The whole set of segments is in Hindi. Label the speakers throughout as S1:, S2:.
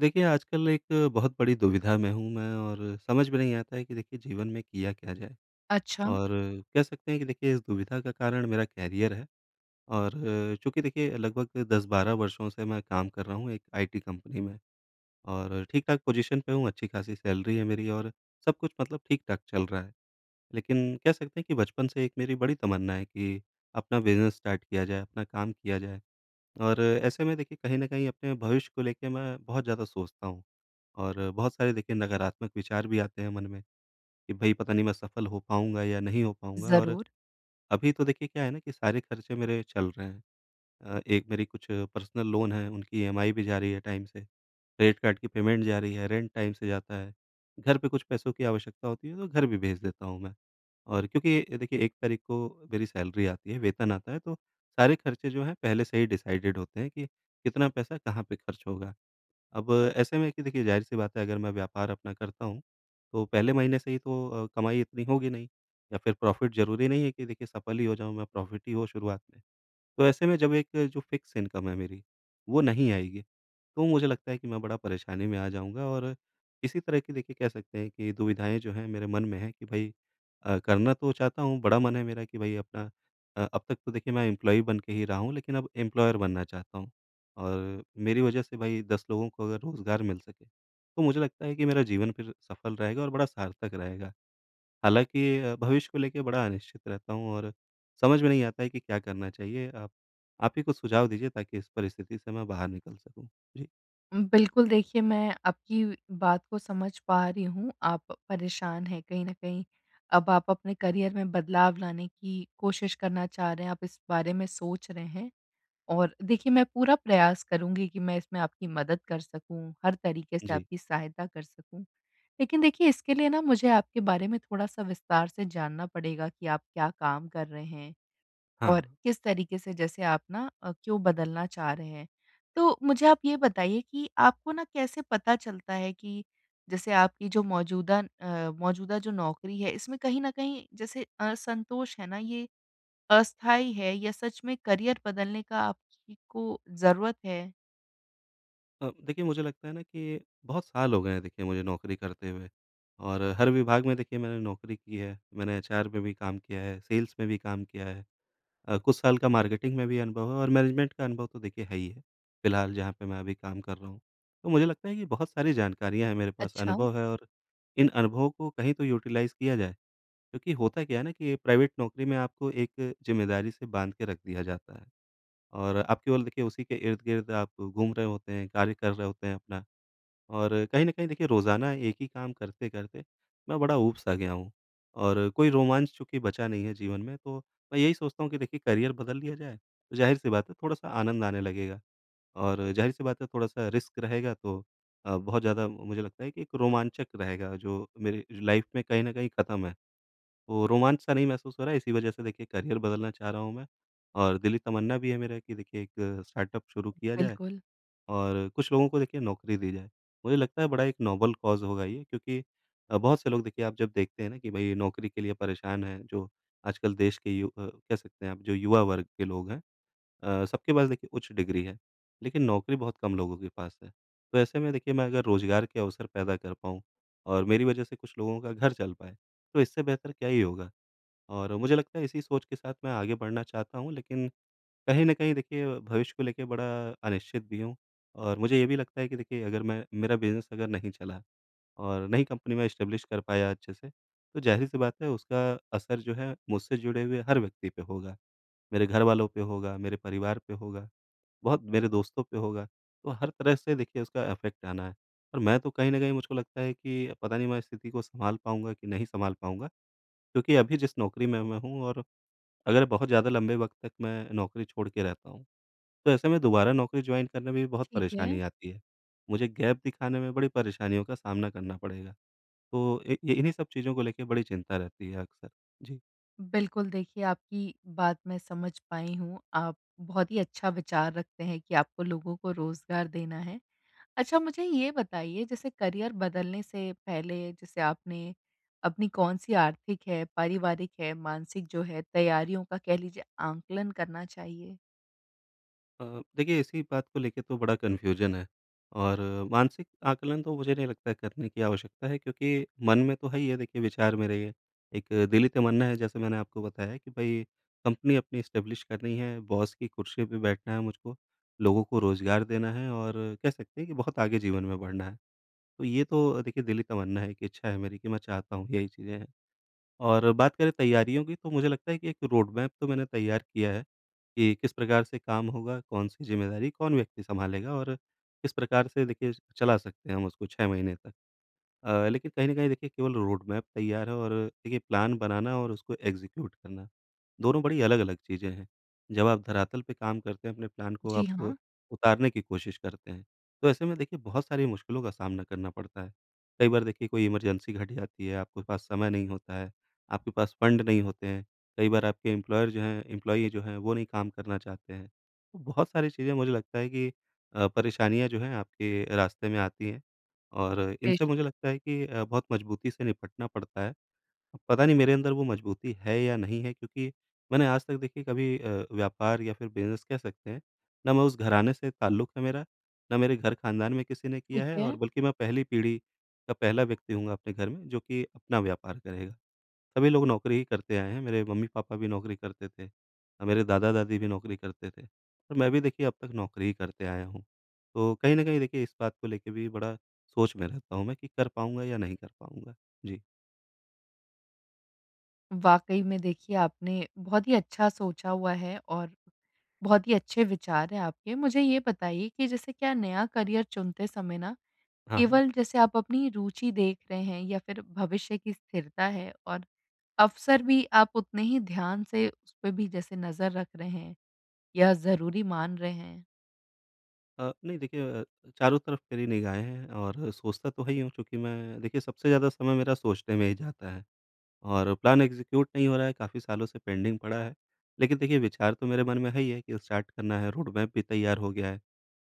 S1: देखिए, आजकल एक बहुत बड़ी दुविधा में हूँ मैं और समझ में नहीं आता है कि देखिए जीवन में किया क्या जाए?
S2: अच्छा,
S1: और कह सकते हैं कि देखिए इस दुविधा का कारण मेरा करियर है और चूँकि देखिए लगभग 10-12 वर्षों से मैं काम कर रहा हूँ एक आईटी कंपनी में और ठीक-ठाक पोज़ीशन पे हूँ, अच्छी-खासी सैलरी है मेरी और सब कुछ मतलब ठीक-ठाक चल रहा है। लेकिन कह सकते हैं कि बचपन से एक मेरी बड़ी तमन्ना है कि अपना बिज़नेस स्टार्ट किया जाए, अपना काम किया जाए। और ऐसे में देखिए कहीं न कहीं अपने भविष्य को लेके मैं बहुत ज़्यादा सोचता हूँ और बहुत सारे देखिए नकारात्मक विचार भी आते हैं मन में कि भई पता नहीं मैं सफल हो पाऊँगा या नहीं हो पाऊँगा। और
S2: ज़रूर।
S1: अभी तो देखिए क्या है ना कि सारे खर्चे मेरे चल रहे हैं। एक मेरी कुछ पर्सनल लोन है, उनकी ईएमआई भी जा रही है टाइम से, क्रेडिट कार्ड की पेमेंट जा रही है, रेंट टाइम से जाता है, घर पे कुछ पैसों की आवश्यकता होती है तो घर भी भेज देता हूँ मैं। और क्योंकि देखिए 1 तारीख को मेरी सैलरी आती है, वेतन आता है, तो सारे खर्चे जो हैं पहले से ही डिसाइडेड होते हैं कि कितना पैसा कहाँ पे खर्च होगा। अब ऐसे में कि देखिए ज़ाहिर-सी बात है अगर मैं व्यापार अपना करता हूँ, तो पहले महीने से ही तो कमाई इतनी होगी नहीं या फिर प्रॉफ़िट ज़रूरी नहीं है कि देखिए सफल ही हो जाऊँ मैं, प्रॉफ़िट ही हो शुरुआत में। तो ऐसे में जब एक जो फ़िक्स इनकम है मेरी, वो नहीं आएगी, तो मुझे लगता है कि मैं बड़ा परेशानी में आ जाऊँगा और इसी तरह की देखिए कह सकते हैं कि दुविधाएँ जो हैं मेरे मन में हैं कि भई करना तो चाहता हूँ, बड़ा मन है मेरा कि भई अपना अब तक तो देखिए मैं एम्प्लॉयी बन के ही रहा हूँ, लेकिन अब एम्प्लॉयर बनना चाहता हूँ। और मेरी वजह से भई 10 लोगों को अगर रोज़गार मिल सके, तो मुझे लगता है कि मेरा जीवन फिर सफल रहेगा और बड़ा सार्थक रहेगा। हालाँकि भविष्य को लेके बड़ा अनिश्चित रहता हूँ और समझ में नहीं आता है कि क्या करना चाहिए? आप ही कुछ सुझाव दीजिए ताकि इस परिस्थिति से मैं बाहर निकल सकूँ। जी,
S2: बिल्कुल, देखिए मैं आपकी बात को समझ पा रही हूँ, आप परेशान हैं कहीं न कहीं। अब आप अपने करियर में बदलाव लाने की कोशिश करना चाह रहे हैं, आप इस बारे में सोच रहे हैं। और देखिए मैं पूरा प्रयास करूँगी कि मैं इसमें आपकी मदद कर सकूँ, हर तरीके से
S1: जी।
S2: आपकी सहायता कर सकूँ। लेकिन देखिए इसके लिए ना मुझे आपके बारे में थोड़ा-सा विस्तार से जानना पड़ेगा कि आप क्या काम कर रहे हैं?
S1: हाँ,
S2: और किस तरीके से जैसे आप ना क्यों बदलना चाह रहे हैं। तो मुझे आप ये बताइए कि आपको ना कैसे पता चलता है कि जैसे आपकी जो मौजूदा जो नौकरी है, इसमें कहीं न कहीं जैसे असंतोष है ना, ये अस्थायी है या सच में करियर बदलने का आपकी को ज़रूरत है?
S1: देखिए मुझे लगता है ना कि बहुत साल हो गए हैं देखिए मुझे नौकरी करते हुए और हर विभाग में देखिए मैंने नौकरी की है। मैंने एचआर में भी काम किया है, सेल्स में भी काम किया है। कुछ साल का मार्केटिंग में भी अनुभव है और मैनेजमेंट का अनुभव तो देखिए है ही है। फ़िलहाल जहाँ पे मैं अभी काम कर रहा हूँ। तो मुझे लगता है कि बहुत सारी जानकारियाँ हैं मेरे पास,
S2: अच्छा,
S1: अनुभव है और इन अनुभवों को कहीं तो यूटिलाइज़ किया जाए। क्योंकि होता क्या है ना कि प्राइवेट नौकरी में आपको एक ज़िम्मेदारी से बाँध के रख दिया जाता है और आप केवल देखिए उसी के इर्द-गिर्द आप घूम रहे होते हैं, कार्य कर रहे होते हैं अपना। और कहीं न कहीं देखिए रोज़ाना एक ही काम करते-करते मैं बड़ा ऊब-सा गया हूँ और कोई रोमांच चूँकि बचा नहीं है जीवन में, तो मैं यही सोचता हूँ कि देखिए करियर बदल लिया जाए, तो ज़ाहिर-सी बात है थोड़ा-सा आनंद आने लगेगा और ज़ाहिर-सी बात है थोड़ा-सा रिस्क रहेगा तो बहुत ज़्यादा मुझे लगता है कि एक रोमांचक रहेगा जो मेरी लाइफ़ में कहीं न कहीं ख़त्म है। तो रोमांच-सा नहीं महसूस हो रहा है, इसी वज़ह से देखिए करियर बदलना चाह रहा हूँ मैं और दिली तमन्ना भी है मेरा कि देखिए एक स्टार्टअप शुरू किया जाए
S2: बिल्कुल,
S1: और कुछ लोगों को देखिए नौकरी दी जाए। मुझे लगता है बड़ा एक नोबल कॉज़ होगा ये क्योंकि बहुत से लोग देखिए आप जब देखते हैं ना कि भई नौकरी के लिए परेशान हैं, जो आजकल देश के कह सकते हैं आप जो युवा वर्ग के लोग हैं, सबके पास देखिए उच्च डिग्री है, लेकिन नौकरी बहुत कम लोगों के पास है। तो ऐसे में देखिए मैं अगर रोज़गार के अवसर पैदा कर पाऊँ और मेरी वजह से कुछ लोगों का घर चल पाए, तो इससे बेहतर क्या ही होगा? और मुझे लगता है इसी सोच के साथ मैं आगे बढ़ना चाहता हूँ, लेकिन कहीं न कहीं देखिए भविष्य को लेके बड़ा अनिश्चित भी हूँ। और मुझे ये भी लगता है कि देखिए अगर मैं मेरा बिज़नेस अगर नहीं चला और नई कंपनी में एस्टेब्लिश कर पाया अच्छे से, तो ज़ाहिर-सी बात है उसका असर जो है मुझसे जुड़े हुए हर व्यक्ति पे होगा। मेरे घरवालों पे होगा, मेरे परिवार पे होगा, बहुत मेरे दोस्तों पे होगा, तो हर तरह से देखिए उसका इफ़ेक्ट आना है। और मैं तो कहीं न कहीं मुझको लगता है कि पता नहीं मैं इस स्थिति को सँभाल पाऊँगा कि नहीं सँभाल पाऊँगा, क्योंकि अभी जिस नौकरी में मैं हूँ और अगर बहुत ज़्यादा लंबे वक़्त तक मैं नौकरी छोड़ के रहता हूँ, तो ऐसे में दोबारा नौकरी जॉइन करने में भी बहुत
S2: ठीक है।
S1: परेशानी आती है। मुझे गैप दिखाने में बड़ी परेशानियों का सामना करना पड़ेगा। तो इ ये इन्हीं सब चीज़ों को लेके बड़ी चिंता रहती है अक्सर। जी।
S2: बिल्कुल देखिए आपकी बात मैं समझ पाई हूँ। आप बहुत ही अच्छा विचार रखते हैं कि आपको लोगों को रोज़गार देना है। अच्छा, मुझे ये बताइए जैसे करियर बदलने से पहले जैसे आपने अपनी कौन-सी आर्थिक है, पारिवारिक है, मानसिक जो है तैयारियों का कह लीजिए आंकलन करना चाहिए?
S1: देखिए इसी बात को लेके तो बड़ा कन्फ्यूजन है और मानसिक आकलन तो मुझे नहीं लगता करने की आवश्यकता है, क्योंकि मन में तो है ही है देखिए विचार मेरे ये। एक दिली तमन्ना है, जैसे मैंने आपको बताया कि भई कंपनी अपनी एस्टेब्लिश करनी है, बॉस की कुर्सी पे बैठना है मुझको, लोगों को रोज़गार देना है और कह सकते हैं कि बहुत आगे जीवन में बढ़ना है। तो ये तो देखिए दिल का मानना है कि इच्छा है मेरी कि मैं चाहता हूँ, यही चीज़ें हैं। और बात करें तैयारियों की, तो मुझे लगता है कि एक रोड मैप तो मैंने तैयार किया है कि किस प्रकार से काम होगा, कौन-सी ज़िम्मेदारी कौन व्यक्ति सँभालेगा और किस प्रकार से देखिए चला सकते हैं हम उसको 6 महीने तक। लेकिन कहीं न कहीं देखिए केवल रोड मैप तैयार है और देखिए प्लान बनाना और उसको एग्ज़ीक्यूट करना, दोनों बड़ी अलग-अलग चीज़ें हैं। जब आप धरातल पे काम करते हैं, अपने प्लान को
S2: जी
S1: आप
S2: हाँ,
S1: उतारने की कोशिश करते हैं, तो ऐसे में देखिए बहुत सारी मुश्किलों का सामना करना पड़ता है। कई बार देखिए कोई इमरजेंसी घट जाती है, आपके पास समय नहीं होता है, आपके पास फंड नहीं होते हैं, कई बार आपके एम्प्लॉयर जो हैं एम्प्लॉयी जो हैं, वो नहीं काम करना चाहते हैं। तो बहुत सारी चीज़ें मुझे लगता है कि परेशानियाँ जो हैं आपके रास्ते में आती हैं। और इनसे मुझे
S2: बेशक।
S1: लगता है कि बहुत मजबूती से निपटना पड़ता है। अब पता नहीं मेरे अंदर वो मजबूती है या नहीं है, क्योंकि मैंने आज तक देखिए कभी व्यापार या फिर बिज़नेस कह सकते हैं, ना मैं उस घराने से ताल्लुक है मेरा, ना मेरे घर ख़ानदान में किसी ने किया
S2: ठीक
S1: है
S2: है।
S1: और बल्कि मैं पहली पीढ़ी का पहला व्यक्ति हूँगा अपने घर में जो कि अपना व्यापार करेगा। सभी लोग नौकरी ही करते आए हैं, मेरे मम्मी-पापा भी नौकरी करते थे, मेरे दादा-दादी भी नौकरी करते थे और मैं भी देखिए अब तक नौकरी ही करते आया हूँ। तो कहीं न कहीं देखिए इस बात को लेके भी बड़ा सोच में रहता हूँ मैं कि कर पाऊँगा या नहीं कर पाऊँगा? जी।
S2: वाक़ई में देखिए आपने बहुत ही अच्छा सोचा हुआ है और बहुत ही अच्छे विचार हैं आपके। मुझे ये बताइए कि जैसे क्या नया करियर चुनते समय ना
S1: हाँ, हाँ।
S2: केवल जैसे आप अपनी रुचि देख रहे हैं या फिर भविष्य की स्थिरता है और अवसर भी आप उतने ही ध्यान से उसपे भी जैसे नज़र रख रहे हैं या ज़रूरी मान रहे हैं।
S1: नहीं देखिए, चारों तरफ मेरी निगाहें हैं और सोचता तो है ही हूँ चूँकि मैं देखिए सबसे ज़्यादा समय मेरा सोचने में ही जाता है। और प्लान एग्जीक्यूट नहीं हो रहा है, काफ़ी सालों से पेंडिंग पड़ा है। लेकिन देखिए विचार तो मेरे मन में है ही है कि स्टार्ट करना है, रोड मैप भी तैयार हो गया है,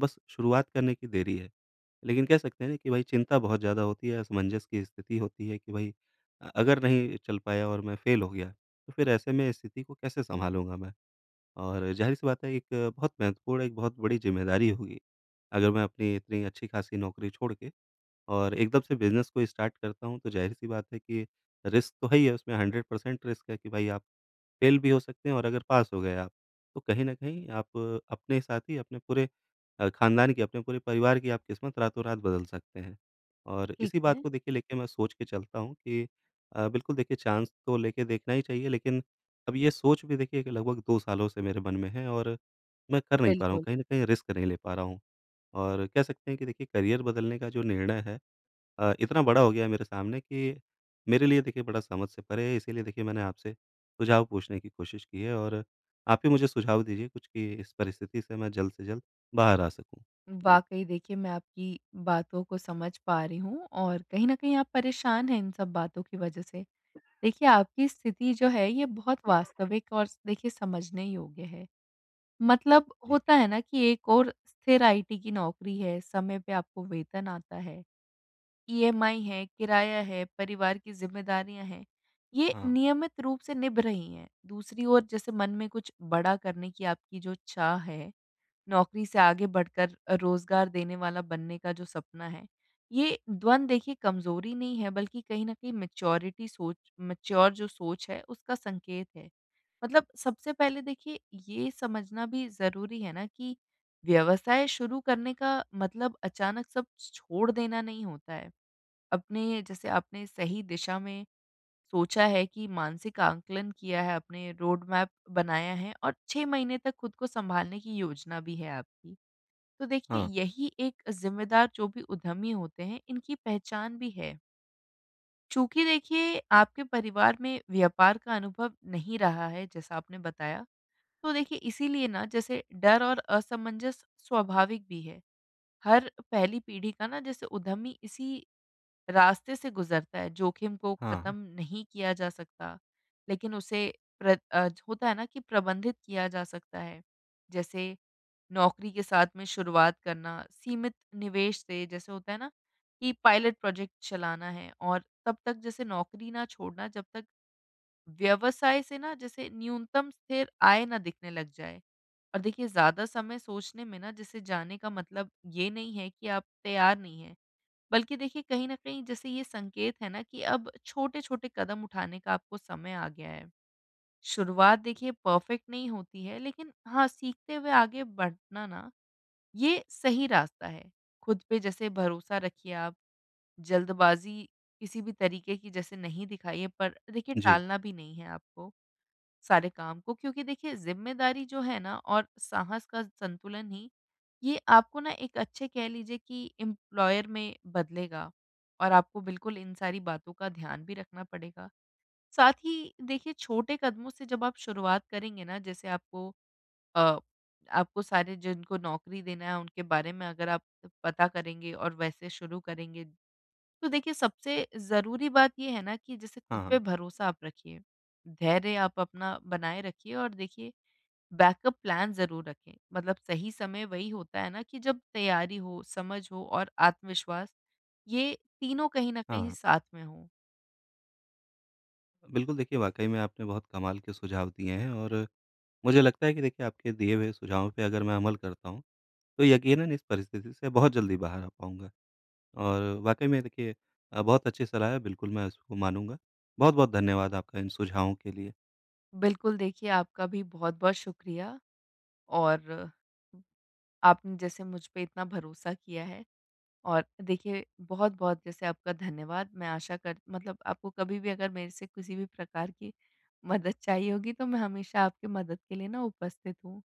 S1: बस शुरुआत करने की देरी है। लेकिन कह सकते हैं ना कि भाई चिंता बहुत ज़्यादा होती है, असमंजस की स्थिति होती है कि भाई अगर नहीं चल पाया और मैं फ़ेल हो गया, तो फिर ऐसे में स्थिति को कैसे सँभालूँगा मैं? और ज़ाहिर-सी बात है एक बहुत महत्वपूर्ण, एक बहुत बड़ी ज़िम्मेदारी होगी, अगर मैं अपनी इतनी अच्छी-खासी नौकरी छोड़ के और एकदम से बिज़नेस को स्टार्ट करता हूँ, तो ज़ाहिर-सी बात है कि रिस्क तो है ही है उसमें, 100% रिस्क है कि भाई आप फ़ेल भी हो सकते हैं और अगर पास हो गए आप, तो कहीं न कहीं आप अपने साथ ही अपने पूरे ख़ानदान की, अपने पूरे परिवार की आप किस्मत रातों-रात बदल सकते हैं। और
S2: ठीक
S1: इसी बात
S2: है,
S1: को देखिए लेके मैं सोच के चलता हूँ कि बिल्कुल देखिए चांस तो लेके देखना ही चाहिए, लेकिन अब ये सोच भी देखिए कि लगभग 2 सालों से मेरे मन में है और मैं कर नहीं पा रहा हूँ,
S2: बिल्कुल।
S1: कहीं न कहीं रिस्क नहीं ले पा रहा हूँ। और कह सकते हैं कि देखिए करियर बदलने का जो निर्णय है, इतना बड़ा हो गया है मेरे सामने कि मेरे लिए देखिए बड़ा समझ से परे है, इसीलिए देखिए मैंने आपसे सुझाव पूछने की कोशिश की है और आप ही मुझे सुझाव दीजिए कुछ कि इस परिस्थिति से मैं जल्द से जल्द बाहर आ सकूँ। जी,
S2: वाक़ई देखिए मैं आपकी बातों को समझ पा रही हूँ और कहीं न कहीं आप परेशान हैं इन सब बातों की वज़ह से। देखिए आपकी स्थिति जो है, ये बहुत वास्तविक और स देखिए समझने योग्य है। मतलब
S1: जी।
S2: होता है ना कि एक ओर स्थिर आईटी की नौकरी है, समय पे आपको वेतन आता है। ईएमआई है, किराया है, परिवार की ज़िम्मेदारियाँ हैं, ये
S1: हाँ,
S2: नियमित रूप से निभ रही हैं। दूसरी ओर जैसे मन में कुछ बड़ा करने की आपकी जो चाह है, नौकरी से आगे बढ़कर रोज़गार देने वाला बनने का जो सपना है, ये द्वंद देखिए कमज़ोरी नहीं है बल्कि कहीं न कहीं मैच्योर जो सोच है उसका संकेत है। मतलब सबसे पहले देखिए ये समझना भी ज़रूरी है ना कि व्यवसाय शुरू करने का मतलब अचानक सब छोड़ देना नहीं होता है। अपने जैसे आपने सही दिशा में सोचा है कि मानसिक आंकलन किया है, आपने रोड मैप बनाया है और 6 महीने तक खुद को सँभालने की योजना भी है आपकी। तो देखिए
S1: हाँ,
S2: यही एक ज़िम्मेदार जो भी उद्यमी होते हैं, इनकी पहचान भी है। चूँकि देखिए आपके परिवार में व्यापार का अनुभव नहीं रहा है जैसा आपने बताया, तो देखिए इसीलिए ना जैसे डर और असमंजस स्वाभाविक भी है। हर पहली पीढ़ी का ना जैसे उद्यमी इसी रास्ते से गुज़रता है, जोखिम को
S1: हाँ।
S2: ख़त्म नहीं किया जा सकता, लेकिन उसे होता है ना कि प्रबंधित किया जा सकता है। जैसे नौकरी के साथ में शुरुआत करना, सीमित निवेश से जैसे होता है ना कि पायलट प्रोजेक्ट चलाना है, और तब तक जैसे नौकरी ना छोड़ना जब तक व्यवसाय से ना जैसे न्यूनतम स्थिर आय ना दिखने लग जाए। और देखिए ज़्यादा समय सोचने में ना जैसे जाने का मतलब ये नहीं है कि आप तैयार नहीं हैं। बल्कि देखिए कहीं न कहीं जैसे ये संकेत है ना कि अब छोटे-छोटे कदम उठाने का आपको समय आ गया है। शुरुआत देखिए परफेक्ट नहीं होती है, लेकिन हाँ, सीखते हुए आगे बढ़ना ना ये सही रास्ता है। खुद पे जैसे भरोसा रखिए आप, जल्दबाज़ी किसी भी तरीके की जैसे नहीं दिखाइए, पर देखिए
S1: जी।
S2: टालना भी नहीं है आपको। सारे काम को, क्योंकि देखिए ज़िम्मेदारी जो है ना और साहस का संतुलन ही, ये आपको ना एक अच्छे कह लीजिए कि एम्प्लॉयर में बदलेगा, और आपको बिल्कुल इन सारी बातों का ध्यान भी रखना पड़ेगा। साथ ही देखिए छोटे कदमों से जब आप शुरुआत करेंगे ना जैसे अ, आपको सारे जिनको नौकरी देना है उनके बारे में अगर आप पता करेंगे और वैसे शुरू करेंगे, तो देखिए सबसे ज़रूरी बात ये है ना कि जैसे
S1: हाँ,
S2: खुद
S1: हाँ,
S2: पे भरोसा आप रखिए। धैर्य आप अपना बनाए रखिए और देखिए बैकअप प्लान ज़रूर रखें। मतलब सही समय वही होता है ना कि जब तैयारी हो, समझ हो और आत्मविश्वास, ये तीनों कहीं न कहीं
S1: हाँ।
S2: साथ में हों।
S1: बिल्कुल देखिए, वाक़ई में आपने बहुत कमाल के सुझाव दिए हैं और मुझे लगता है कि देखिए आपके दिए हुए सुझावों पे अगर मैं अमल करता हूँ, तो यकीनन इस परिस्थिति से बहुत जल्दी बाहर आ पाऊँगा। और वाक़ई में देखिए बहुत अच्छी सलाह है, बिल्कुल मैं इसको मानूँगा। बहुत-बहुत धन्यवाद आपका इन सुझावों के लिए।
S2: बिल्कुल देखिए आपका भी बहुत-बहुत शुक्रिया, और आपने जैसे मुझ पे इतना भरोसा किया है। और देखिए, बहुत-बहुत जैसे आपका धन्यवाद। मैं आशा कर मतलब आपको कभी भी अगर मेरे से किसी भी प्रकार की मदद चाहिए होगी, तो मैं हमेशा आपकी मदद के लिए ना उपस्थित हूँ।